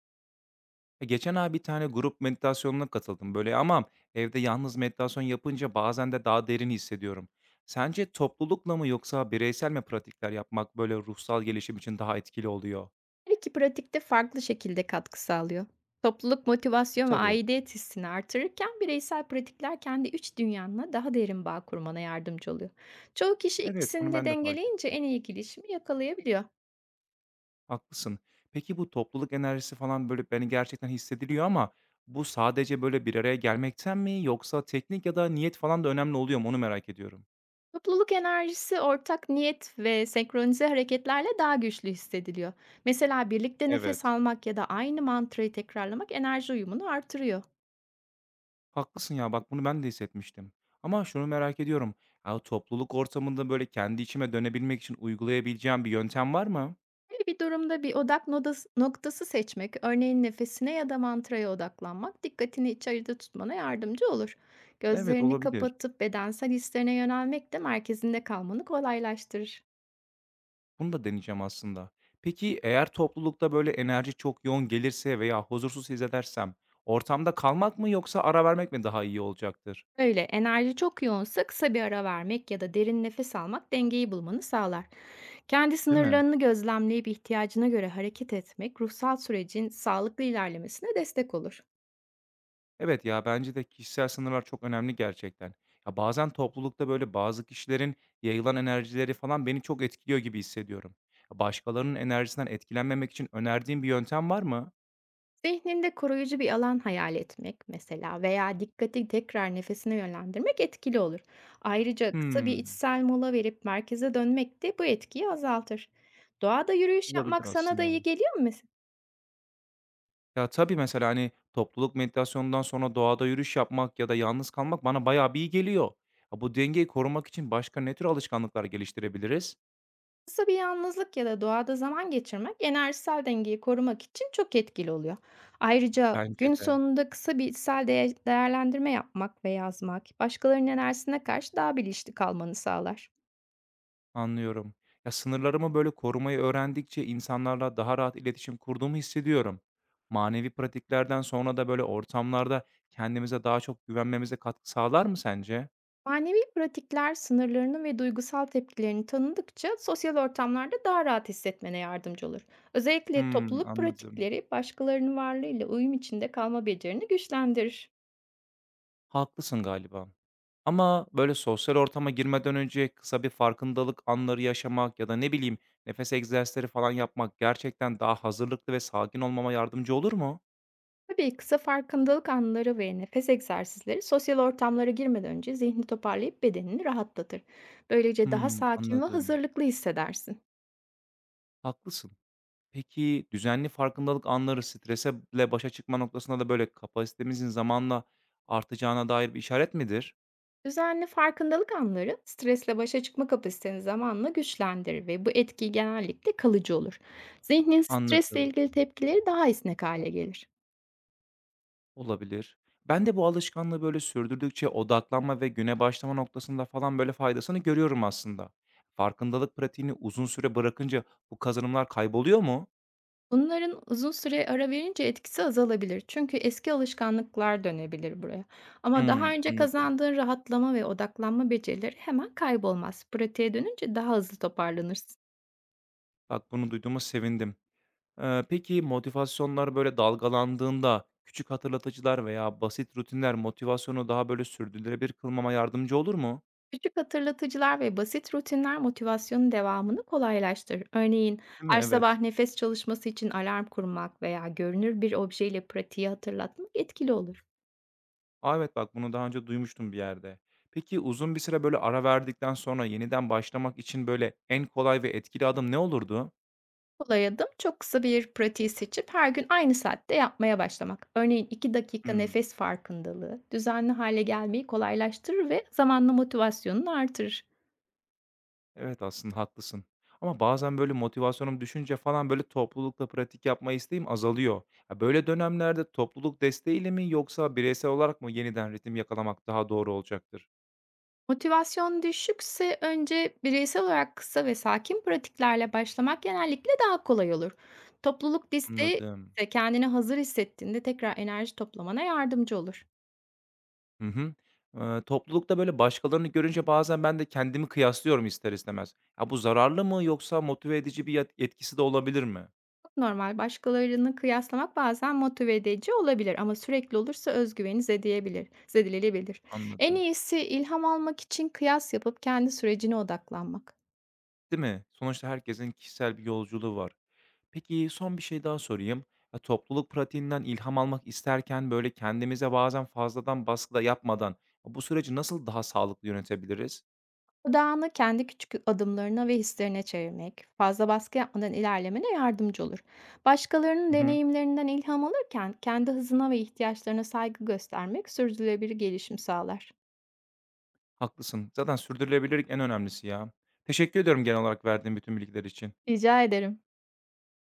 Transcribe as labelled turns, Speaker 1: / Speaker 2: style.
Speaker 1: Geçen ay bir tane grup meditasyonuna katıldım böyle ama evde yalnız meditasyon yapınca bazen de daha derin hissediyorum. Sence toplulukla mı yoksa bireysel mi pratikler yapmak böyle ruhsal gelişim için daha etkili oluyor?
Speaker 2: Her iki pratik de farklı şekilde katkı sağlıyor. Topluluk
Speaker 1: E
Speaker 2: motivasyon ve
Speaker 1: tabii.
Speaker 2: aidiyet hissini artırırken bireysel pratikler kendi iç dünyanla daha derin bağ kurmana yardımcı oluyor. Çoğu kişi
Speaker 1: Evet,
Speaker 2: ikisini
Speaker 1: bunu
Speaker 2: de
Speaker 1: ben de fark
Speaker 2: dengeleyince
Speaker 1: ettim.
Speaker 2: en iyi gelişimi yakalayabiliyor.
Speaker 1: Haklısın. Peki bu topluluk enerjisi falan böyle beni gerçekten hissediliyor ama bu sadece böyle bir araya gelmekten mi yoksa teknik ya da niyet falan da önemli oluyor mu onu merak ediyorum.
Speaker 2: Topluluk enerjisi ortak niyet ve senkronize hareketlerle daha güçlü hissediliyor. Mesela birlikte nefes
Speaker 1: Evet.
Speaker 2: almak ya da aynı mantrayı tekrarlamak enerji uyumunu artırıyor.
Speaker 1: Haklısın ya, bak bunu ben de hissetmiştim. Ama şunu merak ediyorum. Ya topluluk ortamında böyle kendi içime dönebilmek için uygulayabileceğim bir yöntem var mı?
Speaker 2: Böyle bir durumda bir odak noktası seçmek, örneğin nefesine ya da mantraya odaklanmak, dikkatini içeride tutmana yardımcı olur.
Speaker 1: Evet,
Speaker 2: Gözlerini
Speaker 1: olabilir.
Speaker 2: kapatıp bedensel hislerine yönelmek de merkezinde kalmanı kolaylaştırır.
Speaker 1: Bunu da deneyeceğim aslında. Peki eğer toplulukta böyle enerji çok yoğun gelirse veya huzursuz hissedersem ortamda kalmak mı yoksa ara vermek mi daha iyi olacaktır?
Speaker 2: Böyle enerji çok yoğunsa kısa bir ara vermek ya da derin nefes almak dengeyi bulmanı sağlar. Kendi
Speaker 1: Değil mi?
Speaker 2: sınırlarını gözlemleyip ihtiyacına göre hareket etmek ruhsal sürecin sağlıklı ilerlemesine destek olur.
Speaker 1: Evet ya bence de kişisel sınırlar çok önemli gerçekten. Ya bazen toplulukta böyle bazı kişilerin yayılan enerjileri falan beni çok etkiliyor gibi hissediyorum. Ya başkalarının enerjisinden etkilenmemek için önerdiğin bir yöntem var mı?
Speaker 2: Zihninde koruyucu bir alan hayal etmek mesela veya dikkati tekrar nefesine yönlendirmek etkili olur. Ayrıca kısa bir
Speaker 1: Hmm,
Speaker 2: içsel mola verip merkeze dönmek de bu etkiyi azaltır. Doğada yürüyüş
Speaker 1: olabilir
Speaker 2: yapmak sana da
Speaker 1: aslında.
Speaker 2: iyi geliyor mu mesela?
Speaker 1: Ya tabii mesela hani topluluk meditasyonundan sonra doğada yürüyüş yapmak ya da yalnız kalmak bana bayağı bir iyi geliyor. Ya bu dengeyi korumak için başka ne tür alışkanlıklar geliştirebiliriz?
Speaker 2: Kısa bir yalnızlık ya da doğada zaman geçirmek enerjisel dengeyi korumak için çok etkili oluyor. Ayrıca
Speaker 1: Bence
Speaker 2: gün
Speaker 1: de.
Speaker 2: sonunda kısa bir içsel değerlendirme yapmak ve yazmak başkalarının enerjisine karşı daha bilinçli kalmanı sağlar.
Speaker 1: Anlıyorum. Ya, sınırlarımı, böyle, korumayı öğrendikçe insanlarla daha rahat iletişim kurduğumu hissediyorum. Manevi pratiklerden sonra da, böyle, ortamlarda kendimize daha çok güvenmemize katkı sağlar mı sence?
Speaker 2: Manevi pratikler sınırlarını ve duygusal tepkilerini tanıdıkça sosyal ortamlarda daha rahat hissetmene yardımcı olur. Özellikle
Speaker 1: Hımm,
Speaker 2: topluluk
Speaker 1: anladım.
Speaker 2: pratikleri başkalarının varlığıyla uyum içinde kalma becerini güçlendirir.
Speaker 1: Haklısın galiba. Ama, böyle, sosyal ortama girmeden önce kısa bir farkındalık anları yaşamak ya da, ne bileyim, nefes egzersizleri falan yapmak gerçekten daha hazırlıklı ve sakin olmama yardımcı olur mu?
Speaker 2: Tabii kısa farkındalık anları ve nefes egzersizleri sosyal ortamlara girmeden önce zihni toparlayıp bedenini rahatlatır. Böylece daha
Speaker 1: Hımm,
Speaker 2: sakin ve
Speaker 1: anladım.
Speaker 2: hazırlıklı hissedersin.
Speaker 1: Haklısın. Peki, düzenli farkındalık anları stresle başa çıkma noktasında da böyle kapasitemizin zamanla artacağına dair bir işaret midir?
Speaker 2: Düzenli farkındalık anları stresle başa çıkma kapasiteni zamanla güçlendirir ve bu etki genellikle kalıcı olur. Zihnin stresle
Speaker 1: Anladım,
Speaker 2: ilgili tepkileri daha esnek hale gelir.
Speaker 1: olabilir. Ben de bu alışkanlığı böyle sürdürdükçe odaklanma ve güne başlama noktasında falan böyle faydasını görüyorum aslında. Farkındalık pratiğini uzun süre bırakınca bu kazanımlar kayboluyor mu?
Speaker 2: Bunların uzun süre ara verince etkisi azalabilir. Çünkü eski alışkanlıklar dönebilir buraya. Ama daha
Speaker 1: Hımm,
Speaker 2: önce
Speaker 1: anladım.
Speaker 2: kazandığın rahatlama ve odaklanma becerileri hemen kaybolmaz. Pratiğe dönünce daha hızlı toparlanırsın.
Speaker 1: Bak bunu duyduğuma sevindim. Peki motivasyonlar böyle dalgalandığında küçük hatırlatıcılar veya basit rutinler motivasyonu daha böyle sürdürülebilir kılmama yardımcı olur mu?
Speaker 2: Küçük hatırlatıcılar ve basit rutinler motivasyonun devamını kolaylaştırır. Örneğin
Speaker 1: Değil mi?
Speaker 2: her
Speaker 1: Evet.
Speaker 2: sabah nefes çalışması için alarm kurmak veya görünür bir objeyle pratiği hatırlatmak etkili olur.
Speaker 1: A, evet bak bunu daha önce duymuştum bir yerde. Peki uzun bir süre böyle ara verdikten sonra yeniden başlamak için böyle en kolay ve etkili adım ne olurdu?
Speaker 2: Kolay adım çok kısa bir pratiği seçip her gün aynı saatte yapmaya başlamak. Örneğin 2 dakika
Speaker 1: Hımm.
Speaker 2: nefes farkındalığı düzenli hale gelmeyi kolaylaştırır ve zamanla motivasyonunu artırır.
Speaker 1: Evet aslında haklısın. Ama bazen böyle motivasyonum düşünce falan böyle toplulukla pratik yapma isteğim azalıyor. Ya böyle dönemlerde topluluk desteğiyle mi yoksa bireysel olarak mı yeniden ritim yakalamak daha doğru olacaktır?
Speaker 2: Motivasyon düşükse önce bireysel olarak kısa ve sakin pratiklerle başlamak genellikle daha kolay olur. Topluluk desteği
Speaker 1: Anladım.
Speaker 2: ise kendini hazır hissettiğinde tekrar enerji toplamana yardımcı olur.
Speaker 1: Hı hı. Toplulukta, böyle, başkalarını görünce bazen ben de kendimi kıyaslıyorum ister istemez. Ya, bu zararlı mı yoksa motive edici bir yet etkisi de olabilir mi?
Speaker 2: Çok normal başkalarını kıyaslamak bazen motive edici olabilir ama sürekli olursa zedeleyebilir. En
Speaker 1: Anladım.
Speaker 2: iyisi ilham almak için kıyas yapıp kendi sürecine odaklanmak.
Speaker 1: Değil mi? Sonuçta herkesin kişisel bir yolculuğu var. Peki, son bir şey daha sorayım. Ya, topluluk pratiğinden ilham almak isterken, böyle, kendimize bazen fazladan baskı da yapmadan bu süreci nasıl daha sağlıklı yönetebiliriz?
Speaker 2: Odağını kendi küçük adımlarına ve hislerine çevirmek, fazla baskı yapmadan ilerlemene yardımcı olur. Başkalarının
Speaker 1: Hı hı.
Speaker 2: deneyimlerinden ilham alırken kendi hızına ve ihtiyaçlarına saygı göstermek sürdürülebilir gelişim sağlar.
Speaker 1: Haklısın. Zaten sürdürülebilirlik en önemlisi ya. Teşekkür ediyorum genel olarak verdiğin bütün bilgiler için.
Speaker 2: Rica ederim.